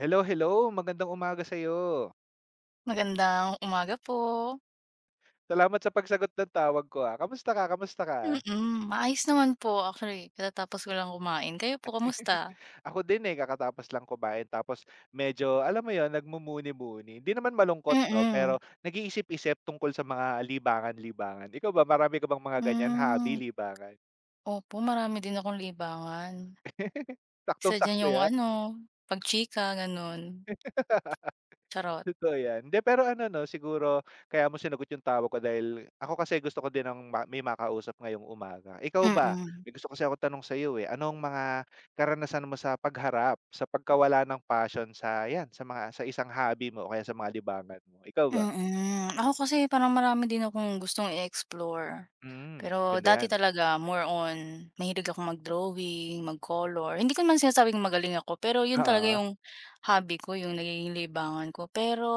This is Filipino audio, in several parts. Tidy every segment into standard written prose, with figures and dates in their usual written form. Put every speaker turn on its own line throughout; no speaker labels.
Hello, hello. Magandang umaga sa iyo.
Magandang umaga po.
Salamat sa pagsagot ng tawag ko, ah. Kamusta ka, kamusta ka?
Maayos naman po actually katatapos ko lang kumain. Kayo po kamusta?
Ako din, eh, kakatapos lang kumain tapos medyo, alam mo yon, nagmumuni-muni. Hindi naman malungkot 'no, pero
Mm.
nag-iisip-isip tungkol sa mga libangan-libangan. Ikaw ba, marami ka bang mga ganyan hobby,
Hmm,
libangan?
Opo marami din akong libangan. Isa diyan
Saktong-sakto
yung
'yan.
ano, pagchika gano'n, charot.
Totoo yan. Hindi, pero ano 'no, siguro kaya mo sinagot yung tawag ko dahil ako kasi gusto ko din ng ma may makausap ngayong umaga. Ikaw ba?
Mm.
May gusto kasi ako tanong sa iyo eh. Anong mga karanasan mo sa pagharap sa pagkawala ng passion sa 'yan, sa mga sa isang hobby mo o kaya sa mga libangan mo? Ikaw ba?
Ako kasi parang marami din akong gustong i-explore.
Hmm,
Pero
ganda
dati
'yan.
talaga more on mahilig akong mag-drawing, mag-color. Hindi ko naman sinasabing magaling ako, pero yun talaga
Oo,
yung hobby ko, yung nagiging libangan ko. Pero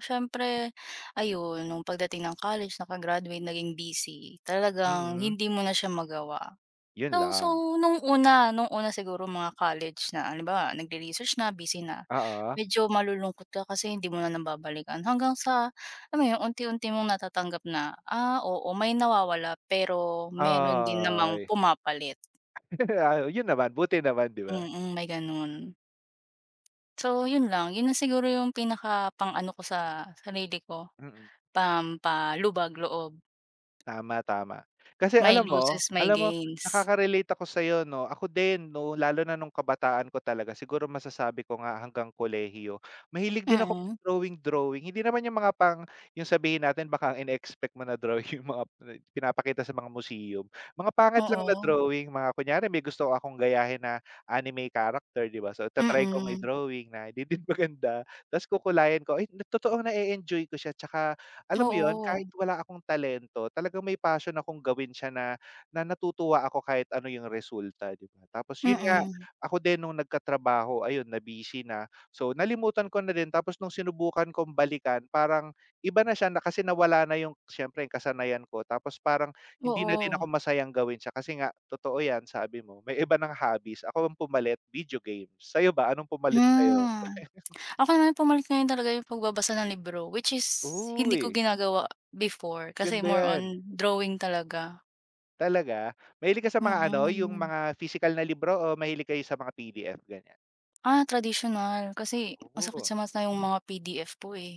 siyempre, ayun, nung pagdating ng college, naging busy. Talagang
mm.
hindi mo na siya magawa.
'Yun
Oo, so
lang.
nung una siguro mga college na halimbawa nagre-research na, busy na,
Oo.
medyo malulungkot ka kasi hindi mo na nababalikan hanggang sa alam mo yun unti-unti mong natatanggap na, ah, oo may nawawala pero meron din namang
Ay,
pumapalit.
ah, 'yun naman, buti naman, 'di ba?
May ganun. So yun lang, yun na siguro yung pinaka pang-ano ko sa sarili ko,
Mm.
pampalubag loob.
Tama, tama. Kasi
May
alam mo
losses, may
alam mo
gains.
nakaka-relate ako sa'yo 'no. Ako din no, lalo na nung kabataan ko talaga siguro masasabi ko nga hanggang kolehiyo. Mahilig din ako
Mm,
drawing-drawing. Hindi naman yung mga pang yung sabihin natin baka ang ine-expect mo na drawing yung mga pinapakita sa mga museum. Mga pangit lang na
oo.
drawing, mga kunyari may gusto akong gayahin na anime character 'di ba, so ta-try kong
Mm,
i-drawing na hindi din maganda. Tapos kukulayan ko, ay totoong na enjoy ko siya tsaka alam mo 'yun,
oo.
kahit wala akong talento talagang may passion akong gawin siya na na natutuwa ako kahit ano yung resulta, 'di ba? Tapos 'yun nga,
Mm,
ako din nung nagkatrabaho ayun na-busy na, so nalimutan ko na din tapos nung sinubukan kong balikan parang iba na siya na kasi nawala na yung siyempre yung kasanayan ko tapos parang hindi na din ako
oo.
masayang gawin siya kasi nga totoo 'yan sabi mo, may iba ng hobbies. Ako ang pumalit video games, sa'yo ba anong pumalit sa'yo?
Hmm, Ako naman pumalit na rin talaga yung pagbabasa ng libro, which is hindi ko
Uy,
ginagawa before kasi
ganda
more
'yan.
on drawing talaga,
Talaga? Mahilig ka sa mga ano, yung
mm.
mga physical na libro o mahilig kayo sa mga PDF, ganyan?
Ah, traditional, kasi masakit
Oo,
sa mata yung mga PDF po, eh.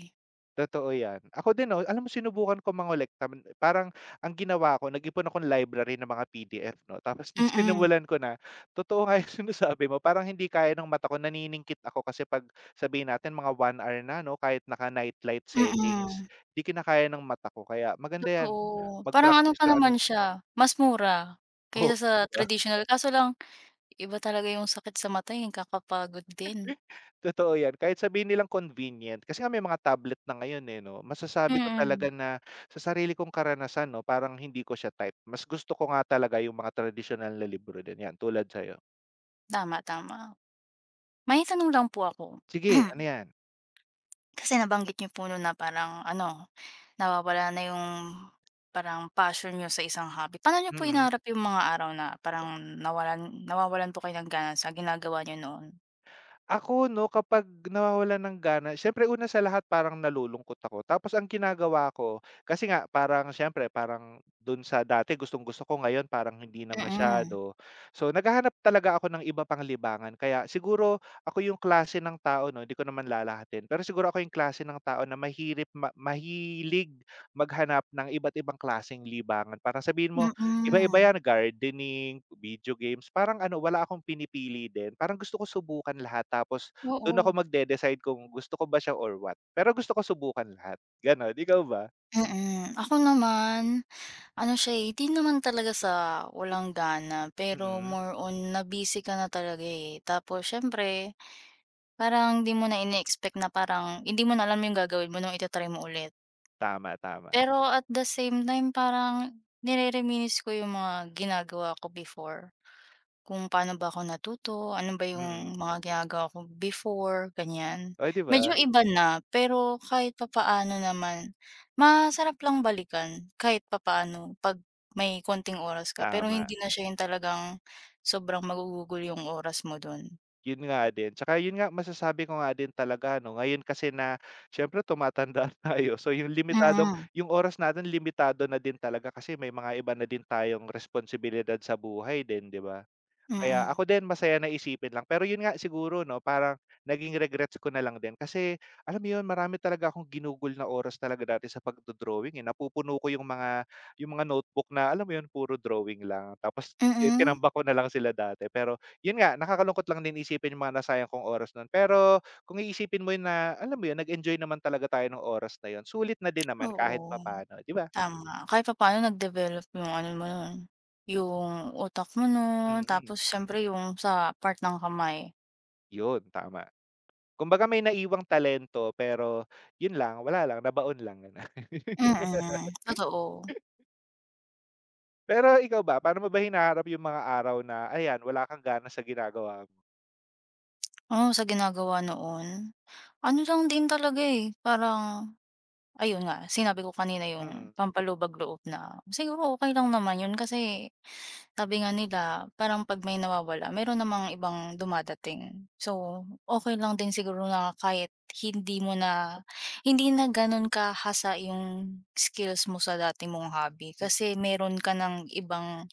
totoo yan. Ako din 'no, alam mo sinubukan ko mangolekta, parang ang ginawa ko nag-ipon akong library ng mga PDF 'no, tapos nung
Mm,
sinimulan ko na, totoo nga yung sinasabi mo, parang hindi kaya ng mata ko, naniningkit ako kasi 'pag sabihin natin mga 1 hour na 'no, kahit naka-night light settings,
mm,
'di kinakaya ng mata ko, kaya maganda yan,
totoo. Parang ano
mag-practice
pa
ka ano
naman siya, mas mura
oo,
kaysa sa traditional, kaso lang iba talaga yung sakit sa mata, eh, kakapagod din.
totoo yan, kahit sabihin nilang convenient kasi nga may mga tablet na ngayon, eh, 'no? Masasabi ko talaga
Mm,
na sa sarili kong karanasan 'no, parang hindi ko siya type. Mas gusto ko nga talaga yung mga traditional na libro din, yan tulad sa'yo.
tama, tama. May tanong lang po ako.
Sige, ano yan?
Kasi nabanggit niyo po no'n na parang ano, nawawala na yung parang passion niyo sa isang hobby. Paano nyo po
Mm.
hinaharap yung mga araw na parang nawawalan po kayo ng gana sa ginagawa niyo noon?
Ako 'no, kapag nawawala ng gana siyempre una sa lahat parang nalulungkot ako. Tapos ang ginagawa ko, kasi nga parang siyempre parang dun sa dati gustong-gusto ko, ngayon parang hindi na
Mm,
masyado. So, naghahanap talaga ako ng iba pang libangan. Kaya siguro ako yung klase ng tao 'no, di ko naman lalahatin, pero siguro ako yung klase ng tao na mahirip ma mahilig maghanap ng iba't ibang klaseng libangan. Parang sabihin mo iba-iba
mm.
'yan, gardening, video games, parang ano, wala akong pinipili din. Parang gusto ko subukan lahat tapos do'n ako
Oo.
magde-decide kung gusto ko ba siya or what. Pero gusto ko subukan lahat, gano'n. Ikaw ba?
Mm. Ako naman, ano siya, eh, hindi naman talaga sa walang gana, pero
Mm.
more on na-busy ka na talaga, eh. Tapos siyempre parang 'di mo na ine-expect na parang hindi mo na alam yung gagawin mo nung itatry mo ulit.
Tama, tama.
Pero at the same time parang nire-reminisce ko yung mga ginagawa ko before, kung paano ba ako natuto, ano ba
Mm.
yung mga ginagawa ko before, ganyan.
Oh, 'di
Medyo
ba?
iba na, pero kahit papaano naman masarap lang balikan kahit papaano 'pag may konting oras ka, pero
Tama.
hindi na siya yung talagang sobrang magugugol yung oras mo dun.
'Yun nga din. Tsaka 'yun nga, masasabi ko nga din talaga ano, ngayon kasi na siyempre tumatanda tayo, so 'yung limitadong
Mm,
'yung oras natin limitado na din talaga kasi may mga iba na din tayong responsibilidad sa buhay din, 'di ba? Kaya
mm,
ako din masaya na isipin lang. Pero yun nga siguro 'no, parang naging regrets ko na lang din kasi alam mo yun, marami talaga akong ginugol na oras talaga dati sa pagdo-drawing, eh. Napupuno ko yung mga notebook na alam mo yun, puro drawing lang tapos
mm,
tinambak ko na lang sila dati. Pero yun nga, nakakalungkot lang din isipin yung mga nasayang kong oras nun. Pero kung iisipin mo yun na alam mo yun, nag-enjoy naman talaga tayo ng oras na yun, sulit na din naman
oo.
kahit papaano, 'di ba?
Tama, kahit papaano nag-develop yung ano mo nun, yung utak mo nun,
Mm,
tapos siyempre yung sa part ng kamay.
yun, tama. Kumbaga may naiwang talento pero yun lang, wala lang, nabaon lang, gano'n.
Mm, totoo.
Pero ikaw ba, paano mo ba hinaharap yung mga araw na ayan, wala kang gana sa ginagawa mo?
Oo, sa ginagawa noon. Ano lang din talaga, eh, parang ayun nga, sinabi ko kanina yung
Mm,
pampalubag-loob na siguro okey lang naman yun kasi sabi nga nila parang 'pag may nawawala meron namang ibang dumadating. So, okay lang din siguro na kahit hindi mo na hindi na gano'n kahasa yung skills mo sa dati mong hobby
hmm,
kasi meron ka ng ibang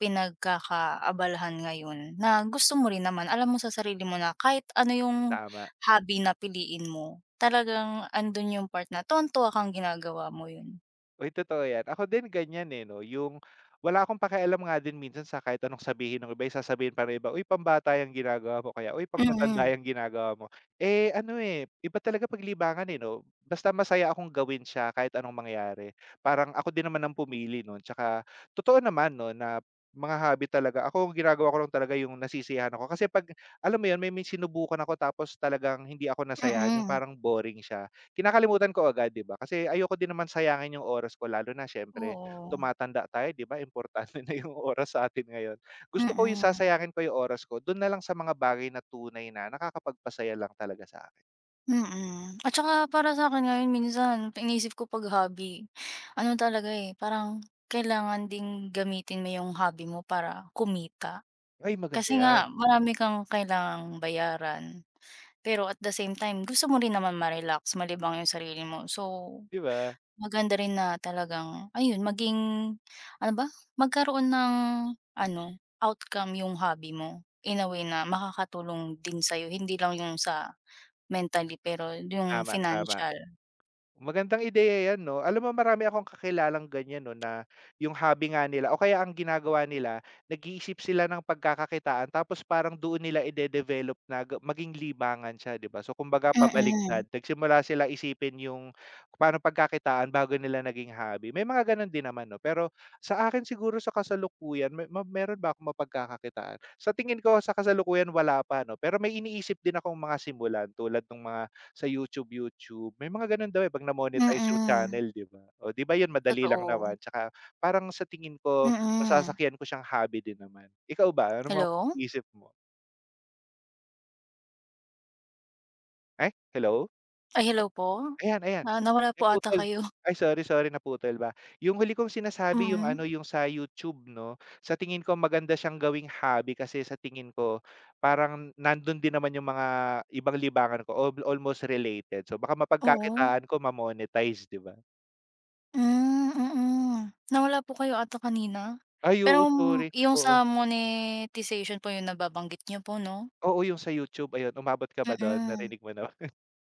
pinagkakaabalahan ngayon na gusto mo rin naman. Alam mo sa sarili mo na kahit ano yung
tama.
hobby na piliin mo, talagang andun yung part na tuwang-tuwa kang ginagawa mo yun.
Uy, totoo yan. Ako din ganyan, eh, 'no, yung wala akong pakialam nga din minsan sa kahit anong sabihin ng iba, eh, sasabihin pa ng iba, "Uy, pambata 'yang ginagawa mo," kaya, "Uy, pangmatanda
Mm,
'yang ginagawa mo." Eh, ano, eh, iba talaga paglibangan libangan, eh, 'no? Basta masaya akong gawin siya kahit anong mangyari. Parang ako din naman ang pumili nun tsaka totoo naman 'no, na mga hobby talaga ako, ang ginagawa ko lang talaga yung nasisiyahan ako. Kasi 'pag alam mo yun, may sinubukan ako tapos talagang hindi ako nasayahan, yung
mm.
parang boring siya. Kinakalimutan ko agad, 'di ba? Kasi ayoko din naman sayangin yung oras ko lalo na siyempre
Oo,
tumatanda tayo, 'di ba, importante na yung oras sa atin ngayon. Gusto ko yung
mm.
sasayangin ko yung oras ko dun na lang sa mga bagay na tunay na nakakapagpasaya lang talaga sa akin.
Mm. At saka para sa akin ngayon minsan iniisip ko 'pag hobby, ano talaga, eh, parang kailangan ding gamitin mo yung hobby mo para kumita.
Ay maganda
Kasi
'yan,
nga marami kang kailangang bayaran, pero at the same time gusto mo rin naman ma-relax, malibang yung sarili mo. So,
'di ba?
maganda rin na talagang ayun maging ano ba, magkaroon ng ano, outcome yung hobby mo in a way na makakatulong din sa'yo, hindi lang yung sa mentally pero yung
Tama, tama.
financial.
Magandang ideya 'yan 'no. Alam mo marami akong kakilalang ganyan 'no na yung hobby nga nila o kaya ang ginagawa nila nag-iisip sila ng pagkakakitaan tapos parang doon nila ide-develop na ga maging libangan siya 'di ba. So kumbaga
Mm,
pabaliktad, nagsimula sila isipin yung paano pagkakitaan bago nila naging hobby. May mga gano'n din naman 'no. Pero sa akin siguro sa kasalukuyan may ma meron ba akong mapagkakakitaan? Sa tingin ko sa kasalukuyan wala pa 'no, pero may iniisip din akong mga simulan tulad ng mga sa YouTube, YouTube may mga gano'n daw, eh, 'pag na-monetize yung
mm.
channel, 'di ba? O 'di ba 'yun madali lang
Totoo.
naman tsaka parang sa tingin ko
Mm.
masasakyan ko siyang hobby din naman. Ikaw ba, ano mga
Hello?
isip mo? Ay, hello?
Ay, hello po?
Ayan, ayan,
Ah, nawala po ata
naputol.
kayo.
Ay, sorry, sorry naputol ba. Yung huli kong sinasabi yung
Mm.
ano, yung sa YouTube 'no, sa tingin ko maganda siyang gawing hobby kasi sa tingin ko parang nandun din naman yung mga ibang libangan ko, almost related. So baka
Oo.
mapagkakitaan ko mamonetize 'di ba?
Hmm, mm. Nawala po kayo ata kanina.
Ay
Pero
oo, sorry.
yung sa
Oo.
monetization po yung nababanggit niyo po 'no?
Oo, yung sa YouTube, ayun. Umabot ka ba dun?
Mm,
Narinig mo na ba?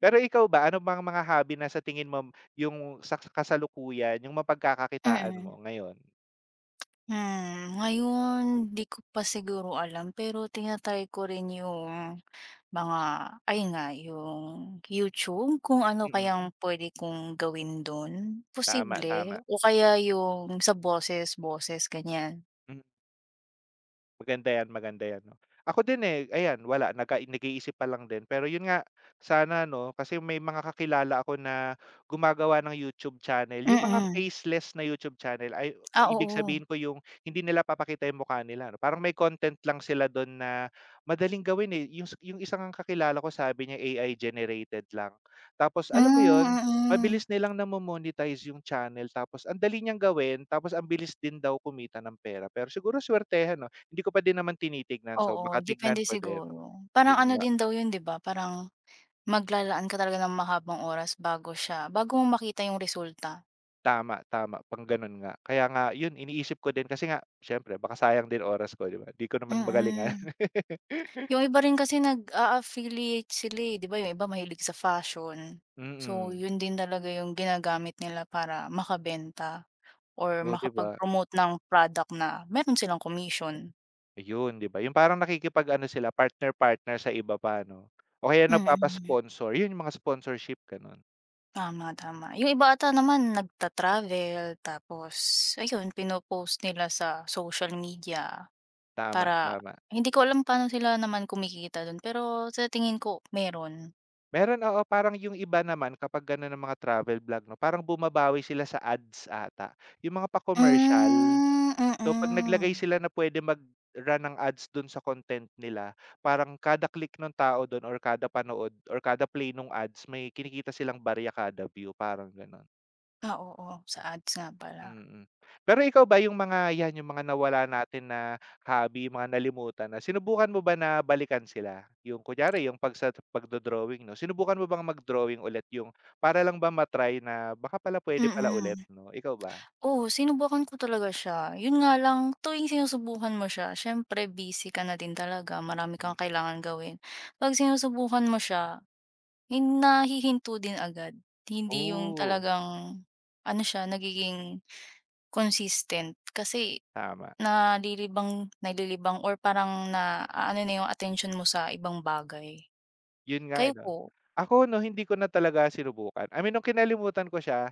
Pero ikaw ba, ano bang mga hobby na sa tingin mo yung sa kasalukuyan, yung mapagkakakitaan
mm.
mo ngayon?
Ngayon di ko pa siguro alam pero tina-try ko rin yung mga ayun nga, yung YouTube, kung ano
Mm.
kayang pwede kong gawin dun,
Tama,
posible
tama.
o kaya yung sa boses-boses ganyan.
Maganda yan 'no. Ako din, eh, ayan wala nag-iisip pa lang din. Pero yun nga, sana 'no, kasi may mga kakilala ako na gumagawa ng YouTube channel, yung mga
Mm.
faceless na YouTube channel ay
Ah,
ibig
oo.
sabihin ko yung hindi nila papakita yung mukha nila 'no, parang may content lang sila dun na madaling gawin, eh. Yung isang kakilala ko sabi niya AI generated lang. Tapos alam mo
Hmm,
yun,
mm.
mabilis nilang namo-monetize yung channel tapos ang dali niyang gawin tapos ang bilis din daw kumita ng pera. Pero siguro swertehan hindi ko pa din naman tinitignan, so
Oo,
baka tignan
depende
ko din.
siguro. Parang
'Yun
ano
nga,
din daw yun, 'di ba, parang maglalaan ka talaga ng mahabang oras bago mo makita yung resulta.
tama, tama pang gano'n nga. Kaya nga 'yun iniisip ko din kasi nga siyempre baka sayang din oras ko, 'di ba? 'Di ko naman magalingan.
Mm. Yung iba rin kasi nag-a-affiliate sila, eh, 'di ba, yung iba mahilig sa fashion. So,
Mm.
yun din talaga yung ginagamit nila para makabenta or
Oh, 'di ba?
makapag-promote ng product na meron silang commission.
Ayun, 'di ba? Yung parang nakikipag-ano sila partner-partner sa iba pa 'no? O kaya
Mm,
nagpapa-sponsor, 'yun yung mga sponsorship gano'n.
tama, tama. Yung iba ata naman nagta-travel tapos ayun pino-post nila sa social media
Tama,
para
tama.
hindi ko alam paano sila naman kumikita dun, pero sa tingin ko meron.
Meron, oo, parang yung iba naman kapag gano'n ang mga travel vlog 'no, parang bumabawi sila sa ads ata, yung mga pa-commercial.
Hmm,
So, 'pag naglagay
mm.
sila na pwede mag-run ng ads do'n sa content nila, parang kada click nung tao do'n or kada panood or kada play nung ads may kinikita silang barya kada view, parang gano'n.
Ah, oo, sa ads nga pala.
Mm. Pero ikaw ba yung mga 'yan, yung mga nawala natin na hobby, mga nalimutan na, sinubukan mo ba na balikan sila? Yung kunyari yung 'pag sa pagdo-drawing 'no, sinubukan mo bang mag-drawing ulit yung para lang ba matry na baka pala puwede pala ulit
Mm.
'no, ikaw ba?
Oo, sinubukan ko talaga siya. Yun nga lang, tuwing sinusubukan mo siya, siyempre busy ka na din talaga, marami
Hmm.
kang kailangan gawin. 'Pag sinusubukan mo siya, nahihinto din agad. Hindi yung
Oh,
talagang ano siya, nagiging consistent kasi
tama.
nalilibang nalilibang or parang na ano na yung attention mo sa ibang bagay.
Yun nga, eh,
Kayo
'no.
po?
Ako 'no, hindi ko na talaga sinubukan. I mean, nung kinalimutan ko siya,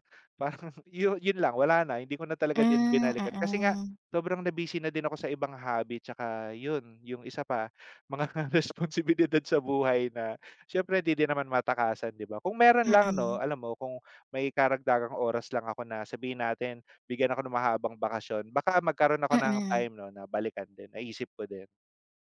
parang yun lang, wala na. Hindi ko na talaga din
Hmm,
binalikan kasi nga
mm.
sobrang na-busy na din ako sa ibang hobby tsaka yun, yung isa pa, mga responsibilidad sa buhay na siyempre hindi din naman matakasan, 'di ba? Kung meron lang 'no,
Mm.
alam mo, kung may karagdagang oras lang ako na sabihin natin bigyan ako ng mahabang bakasyon, baka magkaroon ako ng
Mm.
time 'no, na balikan din. Naisip ko din.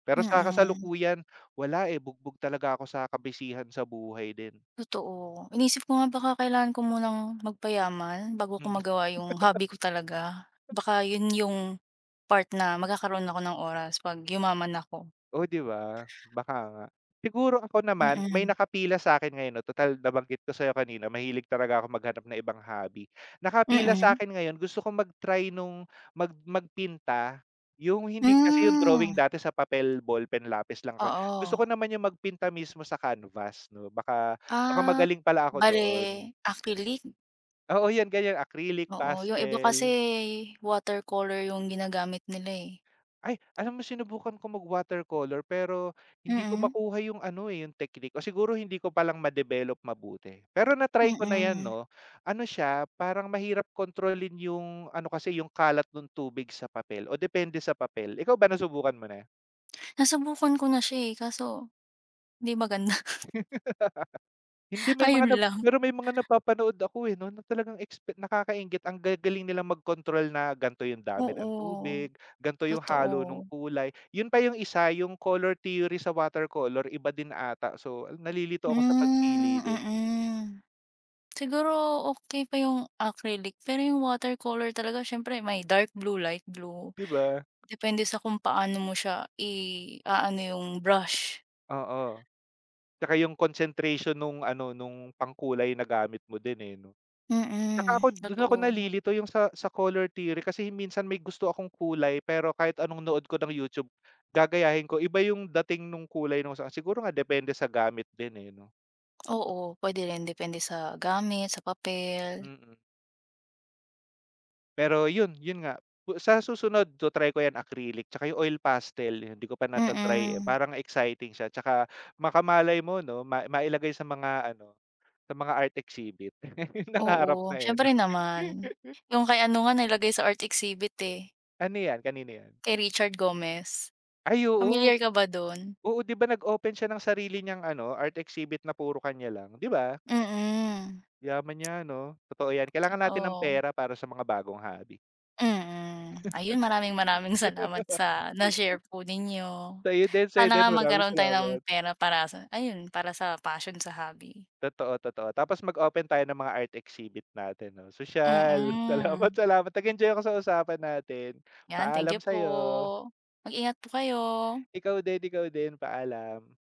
Pero
Mm.
sa
Mm.
kasalukuyan, wala, eh, bugbog talaga ako sa kabisihan sa buhay din.
Totoo. Inisip ko nga baka kailangan ko munang magpayaman bago ko
Mm,
magawa yung hobby ko talaga. Baka yun yung part na magkakaroon ako ng oras 'pag yumaman ako.
oh, 'di ba? Baka nga. Siguro ako naman, may
Mm.
nakapila sa akin ngayon 'no, total nabanggit ko sa'yo kanina mahilig talaga ako maghanap ng ibang hobby. Nakapila sa
Mm.
akin ngayon gusto ko mag-try nung magpinta, yung hindi kasi yung drawing
Hmm,
dati sa papel, ballpen, lapis lang ako, eh. Gusto ko
oo.
naman yung magpinta mismo sa canvas 'no, baka baka
Ah,
magaling pala ako doon.
bale acrylic?
Oo, 'yan ganyan acrylic,
Oo, yung iba kasi
pastel.
watercolor yung ginagamit nila, eh.
Ay, alam mo sinubukan ko mag-watercolor pero hindi ko
Mm,
makuha yung ano, eh, yung technique o siguro hindi ko palang ma-develop mabuti. Pero na-try ko na 'yan
mm.
'no. Ano siya, parang mahirap kontrolin yung ano kasi, yung kalat nung tubig sa papel o depende sa papel. Ikaw ba nasubukan mo na?
Nasubukan ko na siya, eh, kaso hindi maganda.
Hindi may
Ayun
mga nap
lang.
pero may mga napapanood ako, eh, 'no, na talagang expe nakakainggit ang gagaling nilang mag-control na gan'to yung dami ng
Oo,
tubig, gan'to yung halo ng
totoo.
kulay. Yun pa yung isa, yung color theory sa watercolor iba din ata. So, nalilito ako sa pagpili
Hmm,
din,
mm. Siguro okey pa yung acrylic, pero yung watercolor talaga siyempre may dark blue, light blue,
'di ba?
depende sa kung paano mo siya i-aano yung brush.
Oo, 'tsaka yung concentration nung ano, nung pangkulay na gamit mo din, eh, 'no? Tsaka
Mm,
ako dun ako
totoo.
nalilito yung sa color theory kasi minsan may gusto akong kulay pero kahit anong nood ko ng YouTube, gagayahin ko iba yung dating nung kulay nung sa siguro nga depende sa gamit din, eh, 'no?
Oo, puwede rin depende sa gamit, sa papel.
Mm. Pero yun, yun nga, sa susunod to-try ko yan acrylic tsaka yung oil pastel, yun di ko pa nata-try, eh,
Mm,
parang exciting siya tsaka makamalay mo 'no, mailagay sa mga ano, sa mga art exhibit. Nangarap
oo,
na, eh, 'no?
siyempre naman. Yung kay ano nga nilagay sa art exhibit, eh,
Ano yan, kanino yan?
kay Richard Gomez.
Ay oo.
Pamilyar ka ba dun?
Oo, 'di ba nag-open siya ng sarili niyang ano, art exhibit na puro kanya lang, 'di ba?
Mm,
Yaman niya 'no, totoo 'yan. Kailangan natin ng
oo.
pera para sa mga bagong hobby.
Mm. Ayun, maraming-maraming salamat sa na-share po ninyo.
Sa'yo
Sana
din,
nga
maraming
magkaroon tayo ng
salamat.
pera para sa ayun, para sa passion sa hobby.
Totoo, totoo. Tapos mag-open tayo ng mga art exhibit natin 'no. Sosyal, salamat,
Mm.
salamat. Nag-enjoy ako sa usapan natin.
'Yan, thank
Paalam
you po.
sa'yo.
Mag-ingat po kayo.
Ikaw din, paalam.